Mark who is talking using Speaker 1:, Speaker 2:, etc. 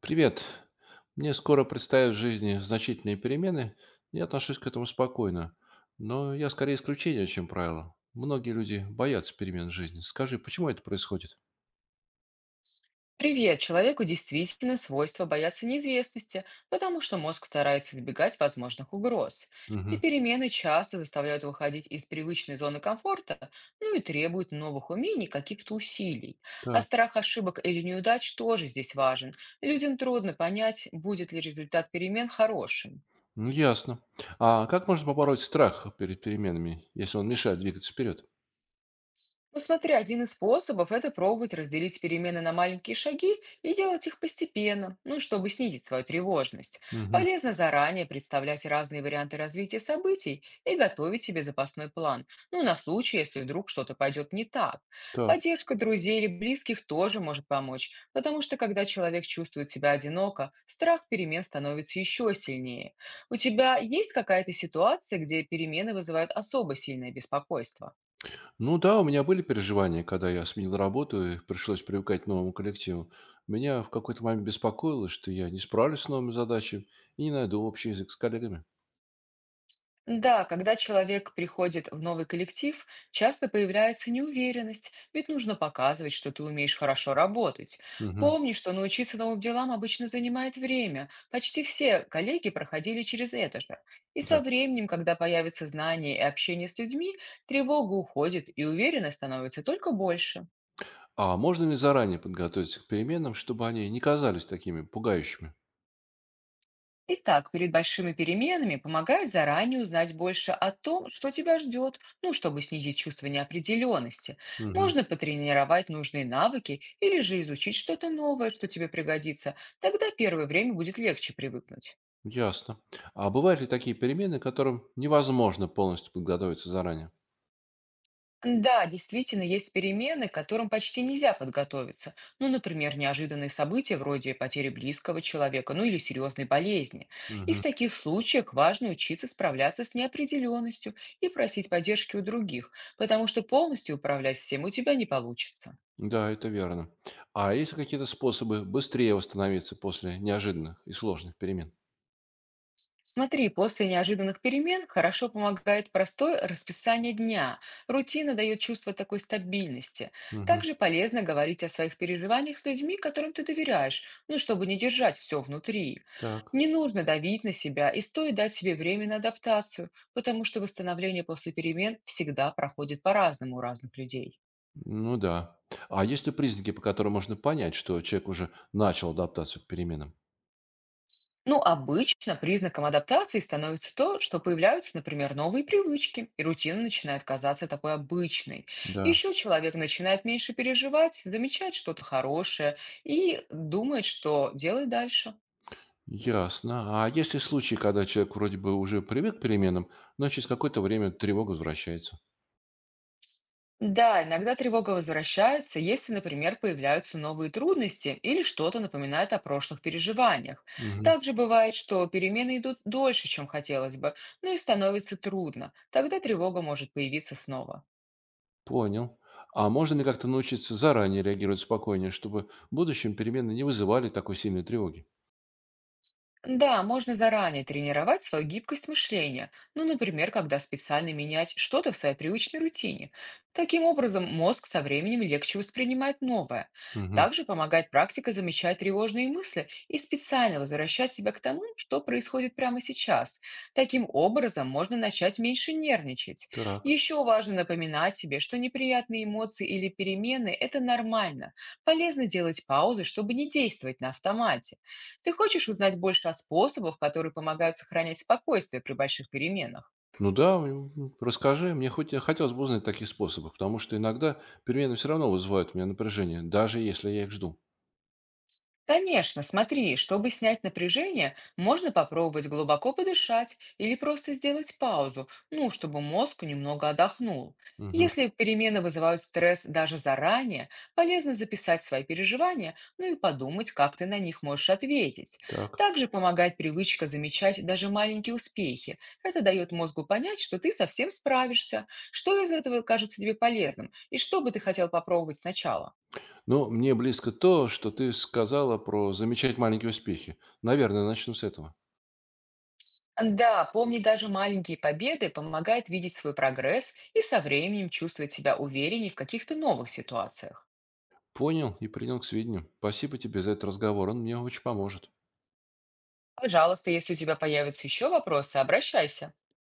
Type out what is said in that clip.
Speaker 1: Привет. Мне скоро предстоят в жизни значительные перемены. Я отношусь к этому спокойно. Но я скорее исключение, чем правило. Многие люди боятся перемен в жизни. Скажи, почему это происходит?
Speaker 2: Привет! Человеку действительно свойство бояться неизвестности, потому что мозг старается избегать возможных угроз. И
Speaker 1: Мгм.
Speaker 2: перемены часто заставляют выходить из привычной зоны комфорта, ну и требуют новых умений, каких-то усилий. А
Speaker 1: Так.
Speaker 2: страх ошибок или неудач тоже здесь важен. Людям трудно понять, будет ли результат перемен хорошим.
Speaker 1: Ну, ясно. А как можно побороть страх перед переменами, если он мешает двигаться вперед?
Speaker 2: Ну смотри, один из способов– это пробовать разделить перемены на маленькие шаги и делать их постепенно, ну, чтобы снизить свою тревожность.
Speaker 1: Мгм.
Speaker 2: Полезно заранее представлять разные варианты развития событий и готовить себе запасной план, ну, на случай, если вдруг что-то пойдет не так.
Speaker 1: Так.
Speaker 2: Поддержка друзей или близких тоже может помочь, потому что когда человек чувствует себя одиноко, страх перемен становится еще сильнее. У тебя есть какая-то ситуация, где перемены вызывают особо сильное беспокойство?
Speaker 1: Ну да, у меня были переживания, когда я сменил работу и пришлось привыкать к новому коллективу. Меня в какой-то момент беспокоило, что я не справлюсь с новыми задачами и не найду общий язык с коллегами.
Speaker 2: Да, когда человек приходит в новый коллектив, часто появляется неуверенность, ведь нужно показывать, что ты умеешь хорошо работать.
Speaker 1: Мгм.
Speaker 2: Помни, что научиться новым делам обычно занимает время. Почти все коллеги проходили через это же. И со
Speaker 1: Так.
Speaker 2: временем, когда появятся знания и общение с людьми, тревога уходит, и уверенность становится только больше.
Speaker 1: А можно ли заранее подготовиться к переменам, чтобы они не казались такими пугающими?
Speaker 2: Итак, перед большими переменами помогает заранее узнать больше о том, что тебя ждет, ну, чтобы снизить чувство неопределенности.
Speaker 1: Мгм.
Speaker 2: Можно потренировать нужные навыки или же изучить что-то новое, что тебе пригодится. Тогда первое время будет легче привыкнуть.
Speaker 1: Ясно. А бывают ли такие перемены, к которым невозможно полностью подготовиться заранее?
Speaker 2: Да, действительно, есть перемены, к которым почти нельзя подготовиться. Ну, например, неожиданные события вроде потери близкого человека, ну или серьезной болезни. И в
Speaker 1: Мгм.
Speaker 2: таких случаях важно учиться справляться с неопределенностью и просить поддержки у других, потому что полностью управлять всем у тебя не получится.
Speaker 1: Да, это верно. А есть ли какие-то способы быстрее восстановиться после неожиданных и сложных перемен?
Speaker 2: Смотри, после неожиданных перемен хорошо помогает простое расписание дня. Рутина дает чувство такой стабильности.
Speaker 1: Мгм.
Speaker 2: Также полезно говорить о своих переживаниях с людьми, которым ты доверяешь, ну, чтобы не держать все внутри.
Speaker 1: Так.
Speaker 2: Не нужно давить на себя и стоит дать себе время на адаптацию, потому что восстановление после перемен всегда проходит по-разному у разных людей.
Speaker 1: Ну да. А есть ли признаки, по которым можно понять, что человек уже начал адаптацию к переменам?
Speaker 2: Ну, обычно признаком адаптации становится то, что появляются, например, новые привычки, и рутина начинает казаться такой обычной.
Speaker 1: Да.
Speaker 2: Еще человек начинает меньше переживать, замечать что-то хорошее и думает, что делать дальше.
Speaker 1: Ясно. А есть ли случаи, когда человек вроде бы уже привык к переменам, но через какое-то время тревога возвращается?
Speaker 2: Да, иногда тревога возвращается, если, например, появляются новые трудности или что-то напоминает о прошлых переживаниях.
Speaker 1: Мгм.
Speaker 2: Также бывает, что перемены идут дольше, чем хотелось бы, но и становится трудно. Тогда тревога может появиться снова.
Speaker 1: Понял. А можно ли как-то научиться заранее реагировать спокойнее, чтобы в будущем перемены не вызывали такой сильной тревоги?
Speaker 2: Да, можно заранее тренировать свою гибкость мышления, ну, например, когда специально менять что-то в своей привычной рутине. Таким образом, мозг со временем легче воспринимает новое.
Speaker 1: Мгм.
Speaker 2: Также помогает практика замечать тревожные мысли и специально возвращать себя к тому, что происходит прямо сейчас. Таким образом, можно начать меньше нервничать.
Speaker 1: Так.
Speaker 2: Еще важно напоминать себе, что неприятные эмоции или перемены– это нормально. Полезно делать паузы, чтобы не действовать на автомате. Ты хочешь узнать больше о способах, которые помогают сохранять спокойствие при больших переменах?
Speaker 1: Ну да, расскажи. Мне хоть хотелось бы узнать таких способов, потому что иногда перемены все равно вызывают у меня напряжение, даже если я их жду.
Speaker 2: Конечно, смотри, чтобы снять напряжение, можно попробовать глубоко подышать или просто сделать паузу, ну, чтобы мозг немного отдохнул.
Speaker 1: Мгм.
Speaker 2: Если перемены вызывают стресс даже заранее, полезно записать свои переживания, ну и подумать, как ты на них можешь ответить.
Speaker 1: Так.
Speaker 2: Также помогает привычка замечать даже маленькие успехи. Это дает мозгу понять, что ты совсем справишься, что из этого кажется тебе полезным и что бы ты хотел попробовать сначала.
Speaker 1: Ну, мне близко то, что ты сказала про замечать маленькие успехи. Наверное, начну с этого.
Speaker 2: Да, помни, даже маленькие победы помогает видеть свой прогресс и со временем чувствовать себя увереннее в каких-то новых ситуациях.
Speaker 1: Понял и принял к сведению. Спасибо тебе за этот разговор, он мне очень поможет.
Speaker 2: Пожалуйста, если у тебя появятся еще вопросы, обращайся.